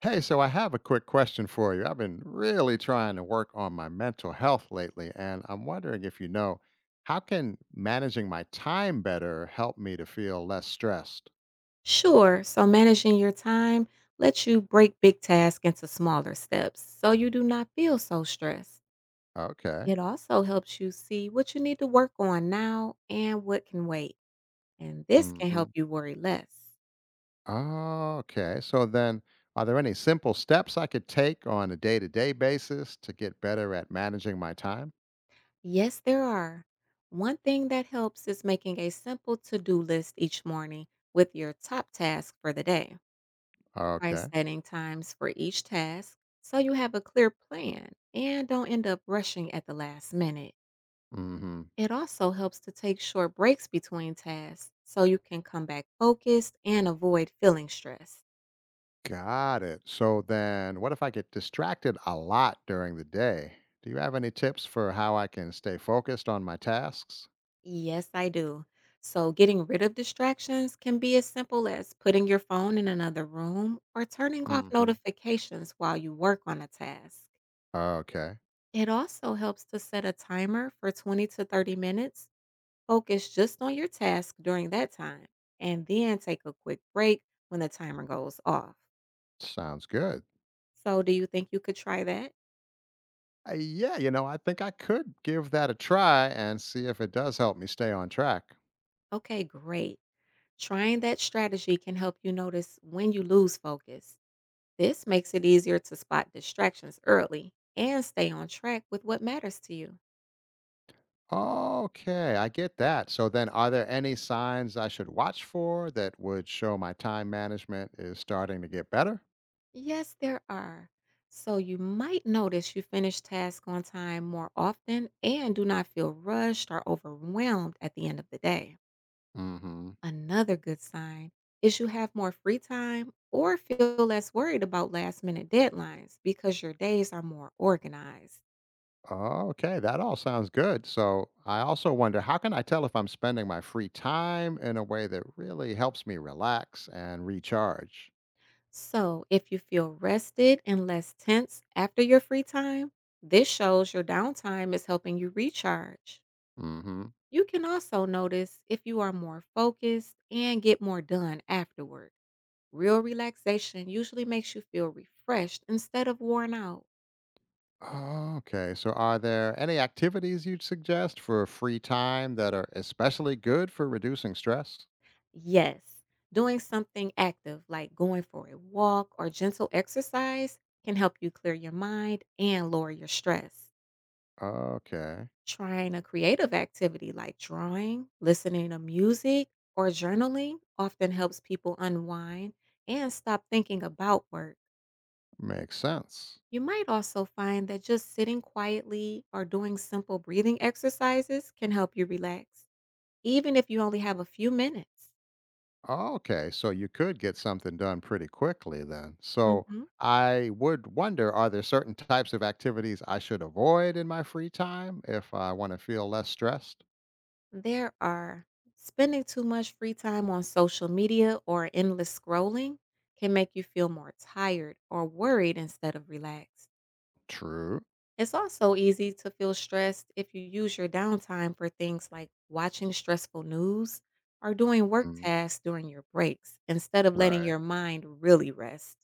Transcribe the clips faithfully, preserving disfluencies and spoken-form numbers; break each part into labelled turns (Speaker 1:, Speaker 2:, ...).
Speaker 1: Hey, so I have a quick question for you. I've been really trying to work on my mental health lately, and I'm wondering if you know how can managing my time better help me to feel less stressed?
Speaker 2: Sure. So managing your time lets you break big tasks into smaller steps so you do not feel so stressed.
Speaker 1: Okay.
Speaker 2: It also helps you see what you need to work on now and what can wait. And this can help
Speaker 1: Hmm.
Speaker 2: you worry less.
Speaker 1: Okay. So then, are there any simple steps I could take on a day-to-day basis to get better at managing my time?
Speaker 2: Yes, there are. One thing that helps is making a simple to do list each morning with your top task for the day, by
Speaker 1: Okay.
Speaker 2: setting times for each task so you have a clear plan and don't end up rushing at the last minute.
Speaker 1: Mm-hmm.
Speaker 2: It also helps to take short breaks between tasks so you can come back focused and avoid feeling stressed.
Speaker 1: Got it. So then, what if I get distracted a lot during the day? Do you have any tips for how I can stay focused on my tasks?
Speaker 2: Yes, I do. So, getting rid of distractions can be as simple as putting your phone in another room or turning off
Speaker 1: Hmm.
Speaker 2: notifications while you work on a task.
Speaker 1: Okay,
Speaker 2: It also helps to set a timer for twenty to thirty minutes. Focus just on your task during that time, and then take a quick break when the timer goes off.
Speaker 1: sounds good.
Speaker 2: So, do you think you could try that?
Speaker 1: Uh, yeah, you know, I think I could give that a try and see if it does help me stay on track.
Speaker 2: Okay, great. Trying that strategy can help you notice when you lose focus. This makes it easier to spot distractions early and stay on track with what matters to you.
Speaker 1: Okay, I get that. So then, are there any signs I should watch for that would show my time management is starting to get better?
Speaker 2: Yes, there are. So you might notice you finish tasks on time more often and do not feel rushed or overwhelmed at the end of the day.
Speaker 1: Hmm.
Speaker 2: Another good sign is you have more free time or feel less worried about last minute deadlines because your days are more organized.
Speaker 1: Oh, okay, that all sounds good. So I also wonder how can I tell if I'm spending my free time in a way that really helps me relax and recharge?
Speaker 2: So, if you feel rested and less tense after your free time, this shows your downtime is helping you recharge.
Speaker 1: Hmm.
Speaker 2: You can also notice if you are more focused and get more done afterward. Real relaxation usually makes you feel refreshed instead of worn out.
Speaker 1: Okay, so are there any activities you'd suggest for free time that are especially good for reducing stress?
Speaker 2: Yes, doing something active like going for a walk or gentle exercise can help you clear your mind and lower your stress.
Speaker 1: Okay,
Speaker 2: Trying a creative activity like drawing, listening to music, or journaling often helps people unwind and stop thinking about work.
Speaker 1: makes sense.
Speaker 2: You might also find that just sitting quietly or doing simple breathing exercises can help you relax, even if you only have a few minutes.
Speaker 1: Oh, okay, so you could get something done pretty quickly then. So
Speaker 2: Mhm.
Speaker 1: I would wonder, are there certain types of activities I should avoid in my free time if I want to feel less stressed?
Speaker 2: There are. Spending too much free time on social media or endless scrolling can make you feel more tired or worried instead of relaxed.
Speaker 1: True.
Speaker 2: It's also easy to feel stressed if you use your downtime for things like watching stressful news or doing work
Speaker 1: Mm.
Speaker 2: tasks during your breaks instead of letting
Speaker 1: Right.
Speaker 2: your mind really rest.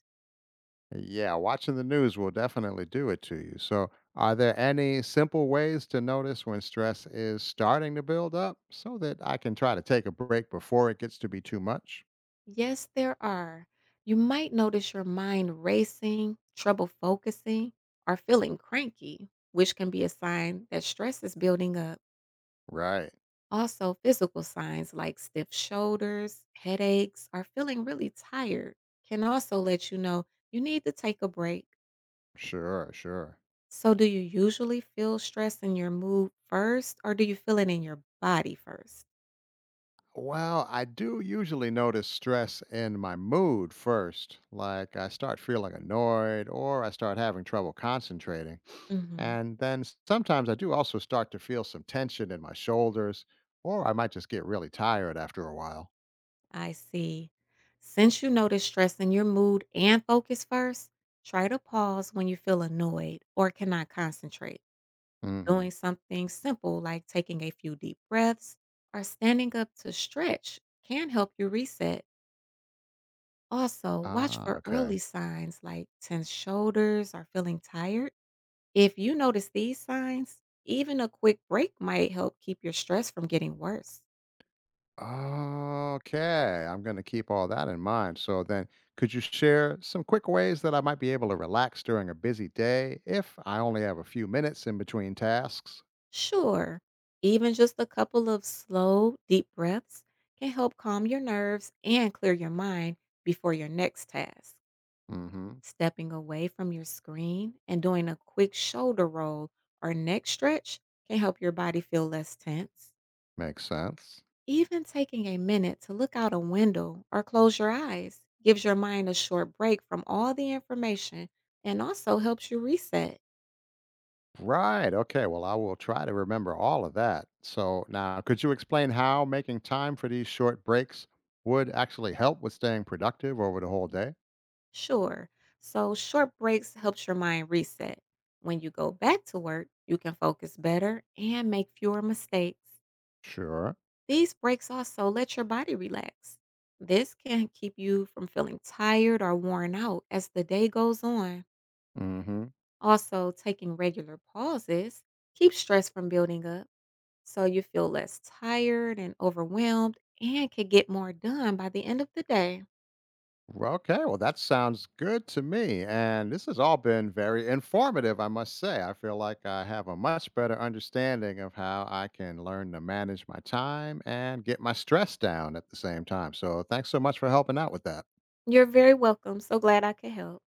Speaker 1: Yeah, watching the news will definitely do it to you. So, are there any simple ways to notice when stress is starting to build up so that I can try to take a break before it gets to be too much?
Speaker 2: Yes, there are. You might notice your mind racing, trouble focusing, or feeling cranky, which can be a sign that stress is building up.
Speaker 1: Right.
Speaker 2: Also, physical signs like stiff shoulders, headaches, or feeling really tired can also let you know you need to take a break.
Speaker 1: Sure, sure.
Speaker 2: So do you usually feel stress in your mood first, or do you feel it in your body first?
Speaker 1: Well, I do usually notice stress in my mood first. Like I start feeling annoyed, or I start having trouble concentrating.
Speaker 2: Mhm.
Speaker 1: And then s- sometimes I do also start to feel some tension in my shoulders, or I might just get really tired after a while.
Speaker 2: I see. Since you notice stress in your mood and focus first, try to pause when you feel annoyed or cannot concentrate.
Speaker 1: Mhm.
Speaker 2: Doing something simple like taking a few deep breaths or standing up to stretch can help you reset. Also, watch
Speaker 1: Ah,
Speaker 2: for
Speaker 1: okay.
Speaker 2: early signs like tense shoulders or feeling tired. If you notice these signs, even a quick break might help keep your stress from getting worse.
Speaker 1: Okay, I'm going to keep all that in mind. So then, could you share some quick ways that I might be able to relax during a busy day if I only have a few minutes in between tasks?
Speaker 2: Sure, even just a couple of slow, deep breaths can help calm your nerves and clear your mind before your next task.
Speaker 1: Mhm.
Speaker 2: Stepping away from your screen and doing a quick shoulder roll or neck stretch can help your body feel less tense.
Speaker 1: Makes sense.
Speaker 2: Even taking a minute to look out a window or close your eyes gives your mind a short break from all the information, and also helps you reset.
Speaker 1: Right. Okay. Well, I will try to remember all of that. So now, could you explain how making time for these short breaks would actually help with staying productive over the whole day?
Speaker 2: Sure. So short breaks helps your mind reset. When you go back to work, you can focus better and make fewer mistakes.
Speaker 1: Sure.
Speaker 2: These breaks also let your body relax. This can keep you from feeling tired or worn out as the day goes on.
Speaker 1: Mm-hmm.
Speaker 2: Also, taking regular pauses keeps stress from building up, so you feel less tired and overwhelmed and can get more done by the end of the day.
Speaker 1: Well, okay. Well, that sounds good to me. And this has all been very informative, I must say. I feel like I have a much better understanding of how I can learn to manage my time and get my stress down at the same time. So thanks so much for helping out with that.
Speaker 2: You're very welcome. So glad I could help.